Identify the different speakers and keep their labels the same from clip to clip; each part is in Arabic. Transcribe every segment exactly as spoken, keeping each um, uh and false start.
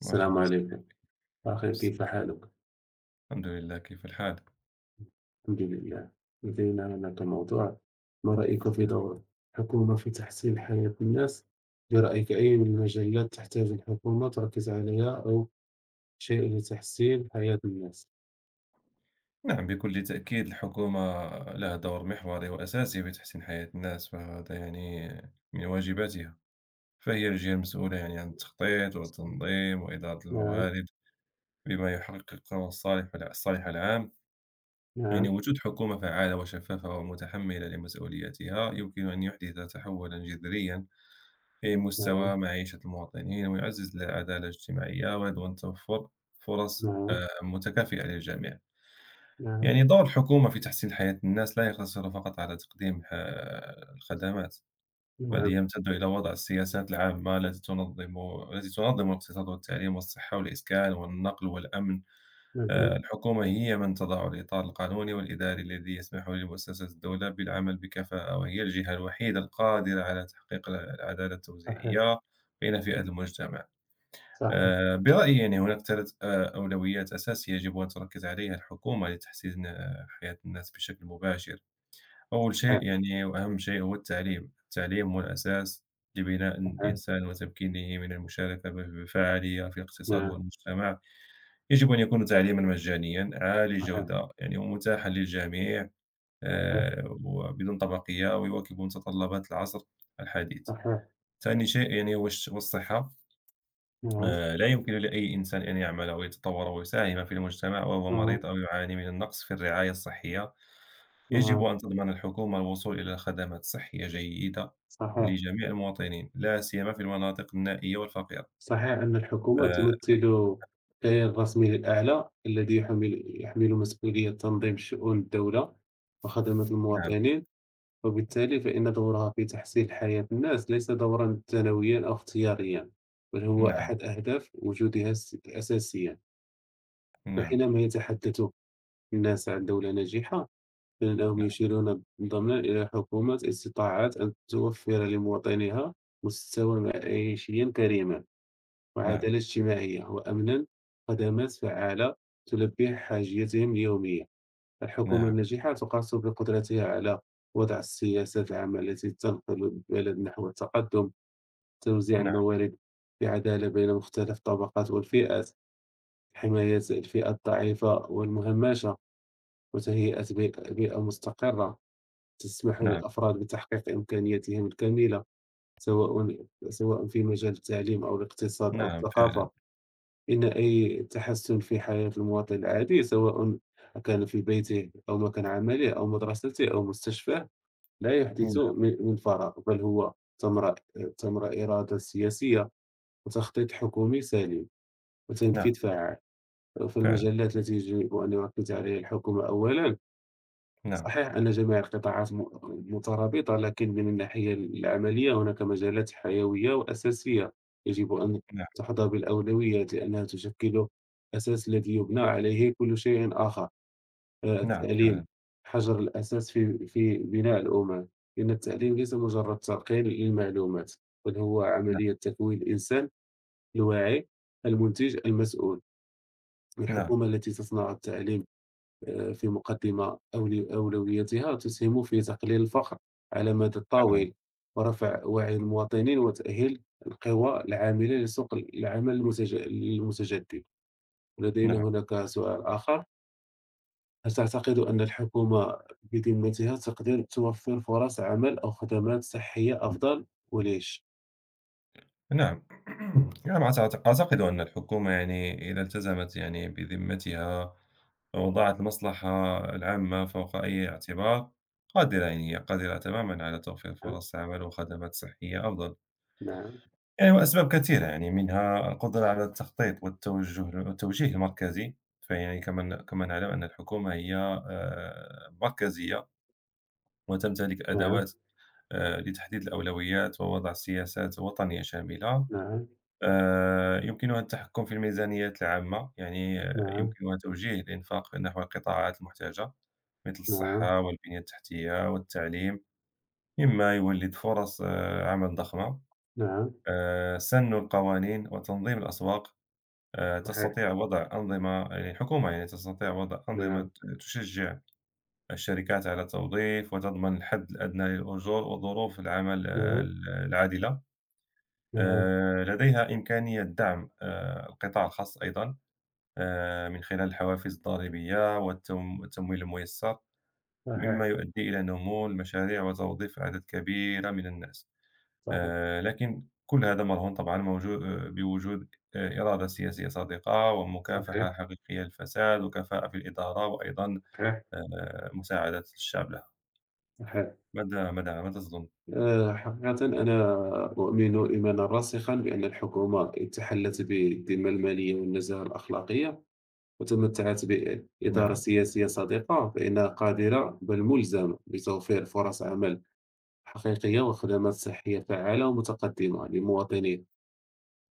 Speaker 1: السلام
Speaker 2: مرحبا صديقي
Speaker 1: عليكم، أخي كيف
Speaker 2: بالسلامة.
Speaker 1: حالك؟
Speaker 2: الحمد لله، كيف الحال؟
Speaker 1: الحمد لله. لدينا هناك موضوع، ما رأيك في دور الحكومة في تحسين حياة الناس؟ برأيك أي من المجالات تحتاج الحكومة تركز عليها، أو شيء لتحسين حياة الناس؟
Speaker 2: نعم، بكل تأكيد الحكومة لها دور محوري وأساسي في تحسين حياة الناس، فهذا يعني من واجباتها. فهي الجهة المسؤولة يعني عن التخطيط والتنظيم وإدارة
Speaker 1: نعم،
Speaker 2: الموارد بما يحقق الصالح الصالح العام. يعني
Speaker 1: نعم،
Speaker 2: وجود حكومة فعالة وشفافة ومتحملة لمسؤولياتها يمكن أن يحدث تحولا جذريا في
Speaker 1: نعم،
Speaker 2: مستوى معيشة المواطنين، ويعزز العدالة الاجتماعية، ويضمن توفر فرص آه، متكافئة للجميع.
Speaker 1: نعم،
Speaker 2: يعني دور الحكومة في تحسين حياة الناس لا يقتصر فقط على تقديم ح- الخدمات، بل
Speaker 1: نعم،
Speaker 2: يمتد إلى وضع السياسات العامة التي تنظم التي تنظم الاقتصاد والتعليم والصحة والإسكان والنقل والأمن.
Speaker 1: نعم، نعم،
Speaker 2: آه، الحكومة هي من تضع الإطار القانوني والإداري الذي يسمح لمؤسسات الدولة بالعمل بكفاءة، وهي الجهة الوحيدة القادرة على تحقيق العدالة
Speaker 1: صحيح،
Speaker 2: التوزيعية بين فئات المجتمع.
Speaker 1: صحيح،
Speaker 2: آآ، برأيي يعني هناك ثلاث آآ، أولويات أساسية يجب أن تركز عليها الحكومة لتحسين آه، حياة الناس بشكل مباشر. أول شيء
Speaker 1: صحيح،
Speaker 2: يعني وأهم شيء هو التعليم، التعليم هو الأساس لبناء
Speaker 1: صحيح،
Speaker 2: الإنسان وتمكينه من المشاركة ب بفعالية في الاقتصاد
Speaker 1: نعم،
Speaker 2: والمجتمع. يجب أن يكون تعليمًا مجانيًا، عالي
Speaker 1: صحيح،
Speaker 2: الجودة، يعني ومتاحًا للجميع،
Speaker 1: صحيح،
Speaker 2: آآ، وبدون طبقية، ويواكب متطلبات العصر الحديث.
Speaker 1: صحيح،
Speaker 2: ثاني شيء يعني هو الش هو الصحة.
Speaker 1: نعم،
Speaker 2: آآ لا يمكن لأي إنسان أن يعمل ويتطور ويساهم في المجتمع وهو
Speaker 1: نعم،
Speaker 2: مريض أو يعاني من النقص في الرعاية الصحية. يجب
Speaker 1: نعم،
Speaker 2: أن تضمن الحكومة الوصول إلى خدمات صحية جيدة
Speaker 1: صحيح.
Speaker 2: لجميع المواطنين، لا سيما في المناطق النائية والفقيرة.
Speaker 1: صحيح أن الحكومة
Speaker 2: آآ
Speaker 1: تمثل الكيان الرسمي الأعلى الذي يحمل يحمل مسؤولية تنظيم شؤون الدولة وخدمة
Speaker 2: نعم،
Speaker 1: المواطنين، وبالتالي فإن دورها في تحسين حياة الناس ليس دورا ثانويا أو اختياريا، بل هو
Speaker 2: نعم،
Speaker 1: أحد أهداف وجودها الس- الأساسية.
Speaker 2: نعم،
Speaker 1: وحينما يتحدث الناس عن دولة ناجحة، فإنهم يشيرون ضمنا إلى حكومة استطاعت أن توفر لمواطنيها مستوى معيشي كريما،
Speaker 2: نعم،
Speaker 1: وعدالة اجتماعية، وأمنًا، خدمات فعّالة تلبي حاجيتهم اليومية. الحكومة
Speaker 2: نعم،
Speaker 1: الناجحة تقاس بقدرتها على وضع السياسات العامة التي تنقل البلد نحو التقدم، توزيع
Speaker 2: نعم،
Speaker 1: الموارد بعدالة بين مختلف الطبقات والفئات، حماية الفئة الضعيفة والمهمشة، وتهيئة بي بيئة مستقرة تسمح
Speaker 2: نعم،
Speaker 1: للأفراد بتحقيق إمكانياتهم الكاملة، سواء سواء في مجال التعليم أو الاقتصاد أو
Speaker 2: نعم فعلًا،
Speaker 1: الثقافة. إن أي تحسن في حياة المواطن العادي، سواء كان في بيته أو مكان عمله أو مدرسته أو مستشفاه، لا يحدث
Speaker 2: نعم،
Speaker 1: من من فراغ، بل هو ثمرة ثمرة إرادة سياسية وتخطيط حكومي سليم
Speaker 2: نعم،
Speaker 1: وتنفيذ فعال.
Speaker 2: فعلًا،
Speaker 1: فالمجالات التي يجب أن يركز عليها الحكومة أولًا،
Speaker 2: نعم،
Speaker 1: صحيح أن جميع القطاعات م- مترابطة، لكن من الناحية العملية هناك مجالات حيوية وأساسية يجب أن
Speaker 2: نعم،
Speaker 1: تحظى بالأولوية لأنها تشكل الأساس الذي يبنى عليه كل شيء آخر. آه،
Speaker 2: نعم
Speaker 1: التعليم
Speaker 2: فعلًا،
Speaker 1: حجر الأساس في في بناء الأمم، لأن التعليم ليس مجرد تلقين للمعلومات، بل هو
Speaker 2: نعم،
Speaker 1: عملية تكوين الإنسان الواعي المنتج المسؤول.
Speaker 2: نعم
Speaker 1: الحكومة التي تصنع التعليم آآ في مقدِّمة أول أولوياتها تسهم في تقليل الفقر على المدى
Speaker 2: فعلًا،
Speaker 1: الطويل، ورفع وعي المواطنين، وتأهيل القوى العاملة لسوق العمل المتج المتجدد. ولدينا
Speaker 2: نعم.
Speaker 1: هناك سؤال آخر: هل تعتقد أن الحكومة بذمتها تقدر توفر فرص عمل أو خدمات صحية أفضل، وليش؟
Speaker 2: نعم. نعم، أعتق أعتقد أن الحكومة يعني إذا التزمت يعني بذمتها، ووضعت المصلحة العامة فوق أي اعتبار، قادرة يعني، هي قادرة تمامًا على توفير فرص عمل وخدمات صحية أفضل.
Speaker 1: نعم،
Speaker 2: يعني وأسباب كثيرة، يعني منها القدرة على التخطيط والتوجه والتوجيه المركزي، فيعني كما ن كما نعلم أن الحكومة هي آآ مركزية وتمتلك
Speaker 1: نعم،
Speaker 2: أدوات آآ لتحديد الأولويات ووضع سياسات وطنية شاملة.
Speaker 1: نعم،
Speaker 2: آآ يمكنها التحكم في الميزانيات العامة، يعني آه،
Speaker 1: نعم، نعم،
Speaker 2: يمكنها توجيه الإنفاق نحو القطاعات المحتاجة، مثل
Speaker 1: نعم،
Speaker 2: الصحة والبنية التحتية والتعليم، مما يولد فرص آه، عمل ضخمة.
Speaker 1: نعم،
Speaker 2: آآ سن القوانين وتنظيم الأسواق، آآ
Speaker 1: صحيح،
Speaker 2: تستطيع وضع أنظمة، يعني الحكومة يعني تستطيع وضع
Speaker 1: نعم،
Speaker 2: أنظمة تشجّع الشركات على التوظيف، وتضمن الحد الأدنى للأجور وظروف العمل آه،
Speaker 1: نعم،
Speaker 2: ال العادلة.
Speaker 1: نعم،
Speaker 2: آآ لديها إمكانية دعم آآ القطاع الخاص أيضًا. آه، من خلال الحوافز الضريبية والتم- والتمويل الميسر،
Speaker 1: صحيح،
Speaker 2: مما يؤدي إلى نمو المشاريع وتوظيف أعداد كبيرة من الناس.
Speaker 1: صحيح،
Speaker 2: آه، لكن كل هذا مرهون طبعا، موجود بوجود آه، إرادة سياسية صادقة،
Speaker 1: صحيح،
Speaker 2: ومكافحة حقيقية للفساد، وكفاءة في الإدارة، وأيضا
Speaker 1: صحيح،
Speaker 2: آه، مساعدة الشعب لها.
Speaker 1: صحيح.
Speaker 2: ماذا ماذا ماذا تظن؟
Speaker 1: آه، حقيقة أنا أؤمن إيمانا راسخا بأن الحكومة تحلت بالذمة المالية والنزاهة الأخلاقية وتمتعت بإدارة
Speaker 2: نعم،
Speaker 1: سياسية صادقة، فإنها قادرة بل ملزمة بتوفير فرص عمل حقيقية وخدمات صحية فعالة ومتقدمة لمواطنيها.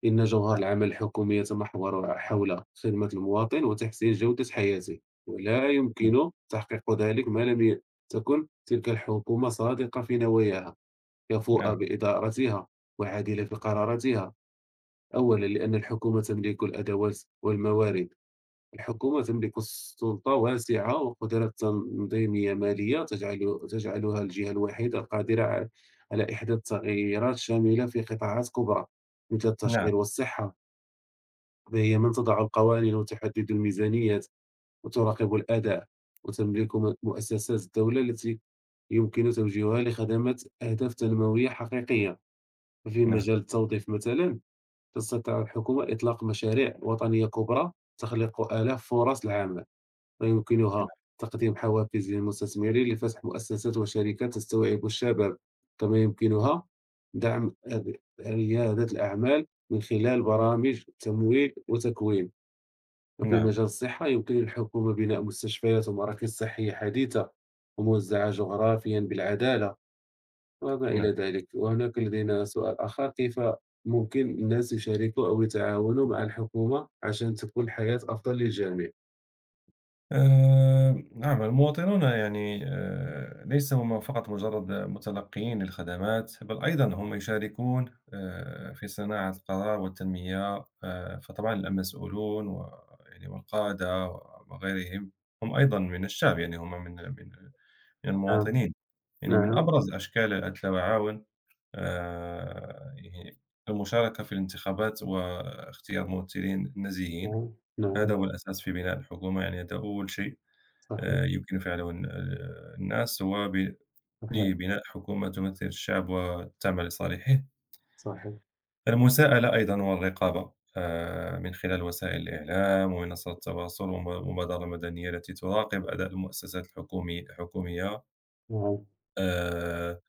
Speaker 1: إن جوهر العمل الحكومي يتمحور حول خدمة المواطن وتحسين جودة حياته، ولا
Speaker 2: نعم،
Speaker 1: يمكن تحقيق ذلك ما لم ي- تكن تلك الحكومة صادقة في نواياها، يفوء بإدارتها، وعادلة في قراراتها. أولًا، لأن الحكومة تملك الأدوات والموارد. الحكومة تملك سلطة واسعة وقدرة تنظيمية مالية تجعل تجعلها الجهة الوحيدة القادرة ع على إحداث تغييرات شاملة في قطاعات كبرى، مثل
Speaker 2: نعم،
Speaker 1: التشغيل والصحة، فهي من تضع القوانين وتحدد الميزانيات وتراقب الأداء. وتملك م مؤسسات الدولة التي يمكن توجيهها لخدمة أهداف تنموية حقيقية. في
Speaker 2: نعم،
Speaker 1: مجال التوظيف مثلًا، تستطيع الحكومة إطلاق مشاريع وطنية كبرى تخلق آلاف فرص العمل، ويمكنها تقديم حوافز للمستثمرين لفتح مؤسسات وشركات تستوعب الشباب، كما يمكنها دعم ر ريادة الأعمال من خلال برامج تمويل وتكوين، وفي
Speaker 2: نعم،
Speaker 1: مجال الصحة يمكن للحكومة بناء مستشفيات ومراكز صحية حديثة وموزعة جغرافيًا بالعدالة. وما
Speaker 2: نعم.
Speaker 1: إلى ذلك. وهناك لدينا سؤال آخر: كيف ممكن الناس يشاركوا أو يتعاونوا مع الحكومة عشان تكون الحياة أفضل للجميع؟
Speaker 2: آه، نعم، المواطنون يعني آه، ليسوا هم فقط مجرد متلقيين للخدمات، بل أيضا هم يشاركون آه، في صناعة القرار والتنمية. آه، فطبعا المسؤولون و- يعني والقادة وغيرهم هم أيضا من الشعب، يعني هم من من من
Speaker 1: نعم،
Speaker 2: المواطنين. يعني من
Speaker 1: نعم،
Speaker 2: أبرز أشكال التعاون آه، يعني المشاركة في الانتخابات واختيار ممثلين نزيهين،
Speaker 1: نعم،
Speaker 2: هذا
Speaker 1: نعم،
Speaker 2: هو الأساس في بناء الحكومة، يعني هذا أول شيء
Speaker 1: صحيح،
Speaker 2: آآ يمكن فعله ال ال الناس هو ب
Speaker 1: صحيح،
Speaker 2: لبناء حكومة تمثل الشعب وتعمل لصالحه.
Speaker 1: صحيح،
Speaker 2: المساءلة أيضًا والرقابة آآ من خلال وسائل الإعلام ومنصات التواصل والم والمبادرة المدنية التي تراقب أداء المؤسسات الحكومي الحكومية.
Speaker 1: نعم،
Speaker 2: آآ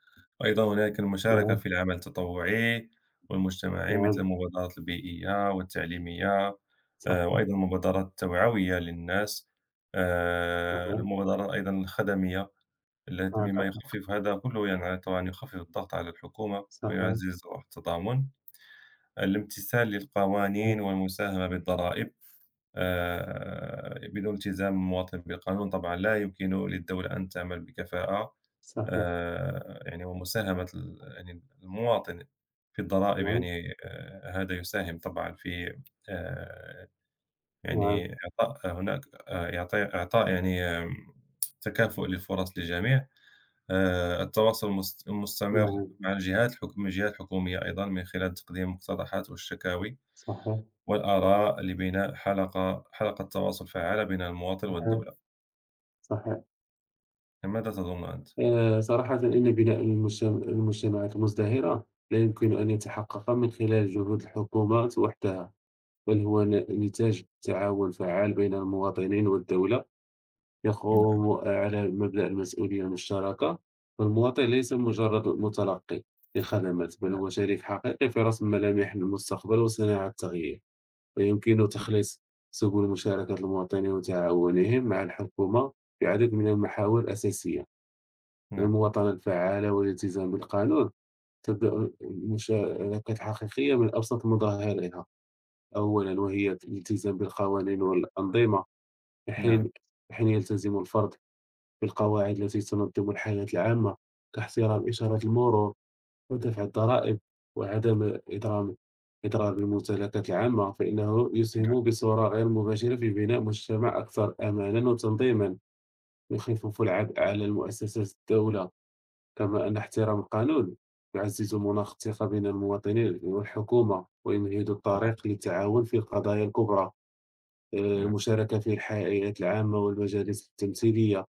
Speaker 2: أيضًا هناك المشاركة
Speaker 1: نعم،
Speaker 2: في العمل التطوعي والمجتمعي، مثل
Speaker 1: نعم،
Speaker 2: المبادرات البيئية والتعليمية، آآ،
Speaker 1: صحيح،
Speaker 2: وأيضًا مبادرات توعوية للناس، آآ،
Speaker 1: نعم،
Speaker 2: المبادرات أيضًا الخدمية، الت
Speaker 1: معك
Speaker 2: مما
Speaker 1: حق،
Speaker 2: يخفف هذا كله، يعني طبعًا يخفف الضغط على الحكومة
Speaker 1: صحيح،
Speaker 2: ويعزز روح التضامن. الامتثال
Speaker 1: صحيح،
Speaker 2: للقوانين والمساهمة بالضرائب، آآ، بدون التزام المواطن بالقانون طبعًا لا يمكن للدولة أن تعمل بكفاءة.
Speaker 1: صحيح،
Speaker 2: آآ يعني ومساهمة ال يعني المواطن في الضرائب،
Speaker 1: نعم،
Speaker 2: يعني آآ هذا يساهم طبعًا في آآ
Speaker 1: نعم،
Speaker 2: يعني إعطاء، هناك آآ إعطي إعطاء يعني آمم تكافؤ للفرص للجميع. آآ التواصل المس المستمر
Speaker 1: نعم،
Speaker 2: مع الجهات الحك من الجهات الحكومية أيضًا، من خلال تقديم المقترحات والشكاوي
Speaker 1: صحيح،
Speaker 2: والآراء، لبناء حلقة حلقة تواصل فعّالة بين المواطن
Speaker 1: صحيح،
Speaker 2: والدولة.
Speaker 1: صحيح.
Speaker 2: ماذا تظن أنت؟
Speaker 1: آه، صراحة إن بناء المجتمع- المجتمعات المزدهرة لا يمكن أن يتحقق من خلال جهود الحكومات وحدها. بل هو ن نتاج تعاون فعّال بين المواطنين والدولة،
Speaker 2: نعم،
Speaker 1: يقوم على مبدأ المسؤولية المشتركة. فالمواطن ليس مجرد متلقي للخدمات، بل
Speaker 2: نعم،
Speaker 1: هو شريك حقيقي في رسم ملامح المستقبل وصناعة التغيير. ويمكن تخليص سبل مشاركة المواطنين وتعاونهم مع الحكومة في عدد من المحاور الأساسية:
Speaker 2: نعم،
Speaker 1: المواطنة الفعّالة والالتزام بالقانون. تبدأ المشاركة الحقيقية من أبسط مظاهرها. أولًا، وهي الالتزام بالقوانين والأنظمة، في
Speaker 2: نعم،
Speaker 1: حين في حين يلتزم الفرد بالقواعد التي تنظم الحياة العامة، كاحترام إشارات المرور ودفع الضرائب، وعدم إضرام إضرار بالممتلكات العامة، فإنه
Speaker 2: نعم،
Speaker 1: يسهم بصورة غير مباشرة في بناء مجتمع أكثر أمانًا وتنظيمًا، يخفف العبء على مؤسسات الدولة، كما أن احترام القانون يعزز مناخ الثقة بين المواطنين والحكومة، ويمهد
Speaker 2: طبعًا،
Speaker 1: الطريق للتعاون في القضايا الكبرى.
Speaker 2: نعم،
Speaker 1: المشاركة في الحياة العامة والمجالس التمثيلية: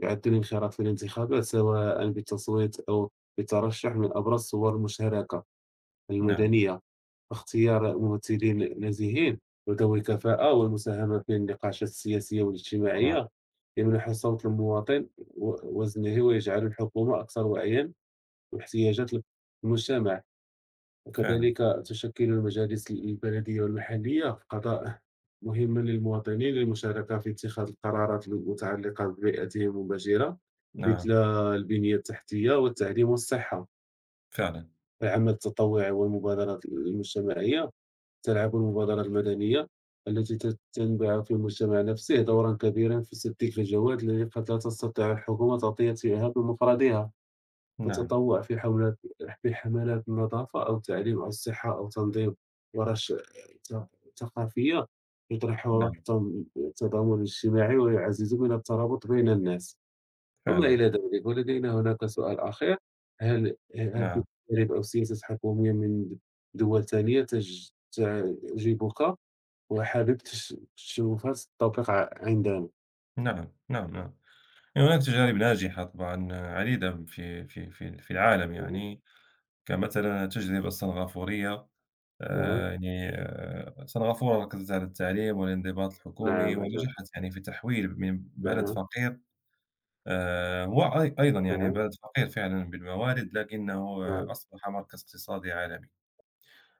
Speaker 1: يعد الانخراط في الانتخابات، سواء بالتصويت أو بالترشح، من أبرز صور المشاركة
Speaker 2: نعم،
Speaker 1: المدنية. فاختيار ممثلين نزيهين وذوي كفاءة والمساهمة في النقاشات السياسية
Speaker 2: طبعًا.
Speaker 1: والاجتماعية يمنح صوت المواطن و- وزنه ويجعل الحكومة أكثر وعيا واحتياجات المجتمع.
Speaker 2: فعلًا،
Speaker 1: وكذلك تشكل المجالس البلدية والمحلية قضاء مهمة للمواطنين للمشاركة في اتخاذ القرارات المتعلقة ببيئتهم المباشرة، مثل
Speaker 2: نعم،
Speaker 1: البنية التحتية والتعليم والصحة.
Speaker 2: فعلًا،
Speaker 1: العمل التطوعي والمبادرات المجتمعية: تلعب المبادرة المدنية التي تت- تنبع في المجتمع نفسه دورا كبيرا في سد تلك الجوات التي قد لا تستطيع الحكومة تغطية فيها بمفردها،
Speaker 2: نعم،
Speaker 1: وتطوع في حولات في حملات النظافة أو التعليم عن الصحة أو تنظيم ورش ث ثقافية يطرح روح
Speaker 2: نعم،
Speaker 1: التن التضامن الاجتماعي ويعزز من الترابط بين الناس. وما
Speaker 2: فعلًا،
Speaker 1: إلى ذلك. ولدينا هناك سؤال أخير: هل هل في
Speaker 2: نعم،
Speaker 1: تجارب أو سياسات حكومية من دول تانية تج تعجبك وحابب تش تشوفها تطبق ع عندنا؟
Speaker 2: نعم، نعم، نعم. يعني هناك تجارب ناجحة طبعًا عديدة في في في في العالم
Speaker 1: اهم،
Speaker 2: يعني، كمثلًا التجربة السنغافورية.
Speaker 1: نعم،
Speaker 2: آآ، يعني آه، سنغافورة ركزت على التعليم والانضباط الحكومي،
Speaker 1: نعم، أجل،
Speaker 2: ونجحت يعني في تحويل من بلد
Speaker 1: نعم،
Speaker 2: فقير، آآ، هو أي أيضًا يعني
Speaker 1: نعم،
Speaker 2: بلد فقير فعلًا بالموارد، لكنه آه،
Speaker 1: نعم،
Speaker 2: أصبح مركز اقتصادي عالمي.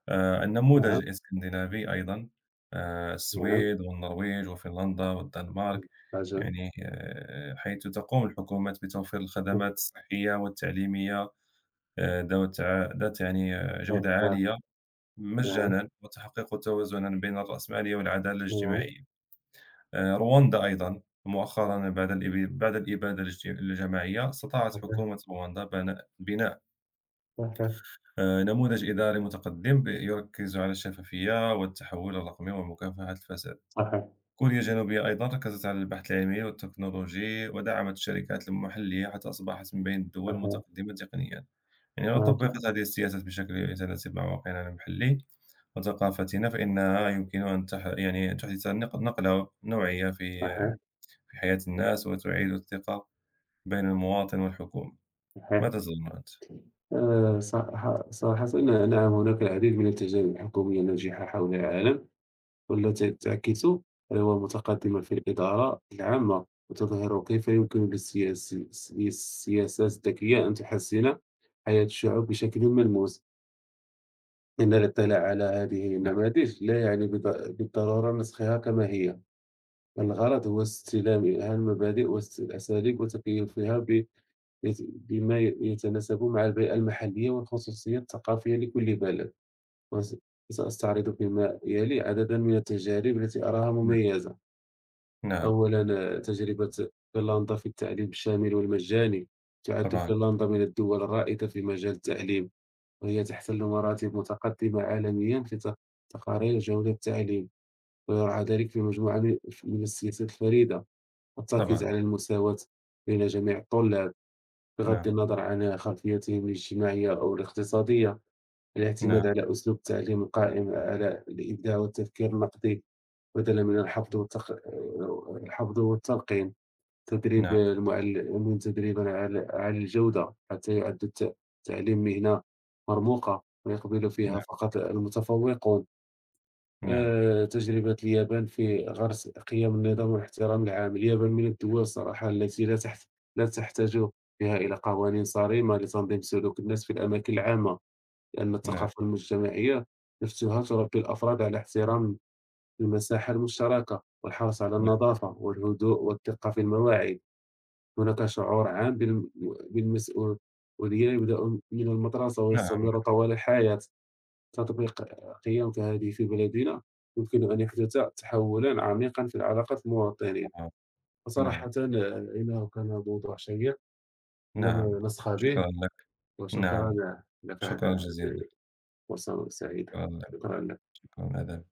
Speaker 2: آآ النموذج
Speaker 1: نعم،
Speaker 2: الإسكندنافي أيضًا، آآ
Speaker 1: نعم،
Speaker 2: السويد والنرويج وفنلندا والدنمارك،
Speaker 1: أجل.
Speaker 2: يعني آآ حيث تقوم الحكومات بتوفير الخدمات الصحية والتعليمية آآ ذوات ع ذات، يعني آه،
Speaker 1: صحيح
Speaker 2: جودة
Speaker 1: فعلًا،
Speaker 2: عالية
Speaker 1: نعم،
Speaker 2: مجانًا، وتحقيق توازنًا بين الرأسمالية والعدالة
Speaker 1: نعم،
Speaker 2: الاجتماعية. آآ رواندا أيضًا مؤخرًا، بعد الإب بعد الإبادة الج الجماعية، استطاعت
Speaker 1: صحيح،
Speaker 2: حكومة رواندا بنا بناء
Speaker 1: صحيح،
Speaker 2: آه، نموذج إداري متقدم ب- يركز على الشفافية والتحول الرقمي ومكافحة الفساد.
Speaker 1: صحيح،
Speaker 2: كوريا الجنوبية أيضا ركزت على البحث العلمي والتكنولوجي، ودعمت الشركات المحلية حتى أصبحت من بين الدول
Speaker 1: صحيح،
Speaker 2: المتقدمة تقنيا. يعني لو
Speaker 1: واضح،
Speaker 2: طبقت هذه السياسات بشكل يتناسب مع واقعنا المحلي وثقافتنا، فإنها يمكن أن تح... يعني تحدث نق- نقلة نوعية في
Speaker 1: صحيح،
Speaker 2: في حياة الناس، وتعيد الثقة بين المواطن والحكومة.
Speaker 1: صحيح.
Speaker 2: ماذا تظن أنت؟
Speaker 1: آآ صراحة صراحةً نعم، هناك العديد من التجارب الحكومية الناجحة حول العالم، والتي تعكس تنوع متقدمة في الإدارة العامة، وتظهر كيف يمكن للسياس الس السياسات الذكية أن تحسن حياة الشعوب بشكل ملموس. إن الاطلاع على هذه
Speaker 2: نعم،
Speaker 1: النماذج لا يعني بالض بالضرورة نسخها كما هي. الغرض هو استلام المبادئ والأساليب وتكيفها ب- يت- بما ي- يتناسب مع البيئة المحلية والخصوصية الثقافية لكل بلد، وس- وسأستعرض فيما يلي عددا من التجارب التي أراها
Speaker 2: نعم،
Speaker 1: مميزة.
Speaker 2: نعم،
Speaker 1: أولا، آه، تجربة فنلندا في التعليم الشامل والمجاني. تعد
Speaker 2: طبعا،
Speaker 1: فنلندا من الدول الرائدة في مجال التعليم، وهي تحتل مراتب متقدمة عالميا في ت- تقارير جودة التعليم، ويرعى ذلك في مجموعة من من السياسات الفريدة: التركيز
Speaker 2: طبعا،
Speaker 1: على المساواة بين جميع الطلاب، بغض
Speaker 2: نعم،
Speaker 1: النظر عن خلفيتهم الاجتماعية أو الاقتصادية،
Speaker 2: نعم،
Speaker 1: الاعتماد على أسلوب تعليم قائم على الإبداع والتفكير النقدي بدلا من الحفظ والتق... الحفظ والتلقين، تدريب
Speaker 2: نعم،
Speaker 1: المعلمين تدريبًا على على الجودة حتى يعد الت- التعليم مهنة مرموقة ويقبل فيها
Speaker 2: نعم،
Speaker 1: فقط المتفوقون.
Speaker 2: نعم،
Speaker 1: آه، تجربة اليابان في غرس قيم النظام والاحترام العام. اليابان من الدول صراحة التي لا تحت لا تحتاج فيها إلى قوانين صارمة لتنظيم سلوك الناس في الأماكن العامة، لأن
Speaker 2: نعم،
Speaker 1: الثقافة المجتمعية نفسها تربي الأفراد على احترام المساحة المشتركة والحرص على
Speaker 2: نعم،
Speaker 1: النظافة والهدوء والدقة في المواعيد. هناك شعور عام بالم- بالمسؤولية يبدأ من المدرسة
Speaker 2: نعم،
Speaker 1: ويستمر طوال الحياة. تطبيق قيم كهذه في بلدنا يمكن أن يحدث تحولا عميقا في العلاقة المواطنين.
Speaker 2: آه، نعم،
Speaker 1: فصراحةً إنه كان موضوع شيق
Speaker 2: نعم،
Speaker 1: لم نسخى به،
Speaker 2: شكرًا لك،
Speaker 1: وشكرًا
Speaker 2: نعم،
Speaker 1: لك
Speaker 2: شكرًا
Speaker 1: على هذه
Speaker 2: جزيلًا،
Speaker 1: الفرصة السعيدة،
Speaker 2: شكرًا لك،
Speaker 1: شكرًا.
Speaker 2: شكرًا، على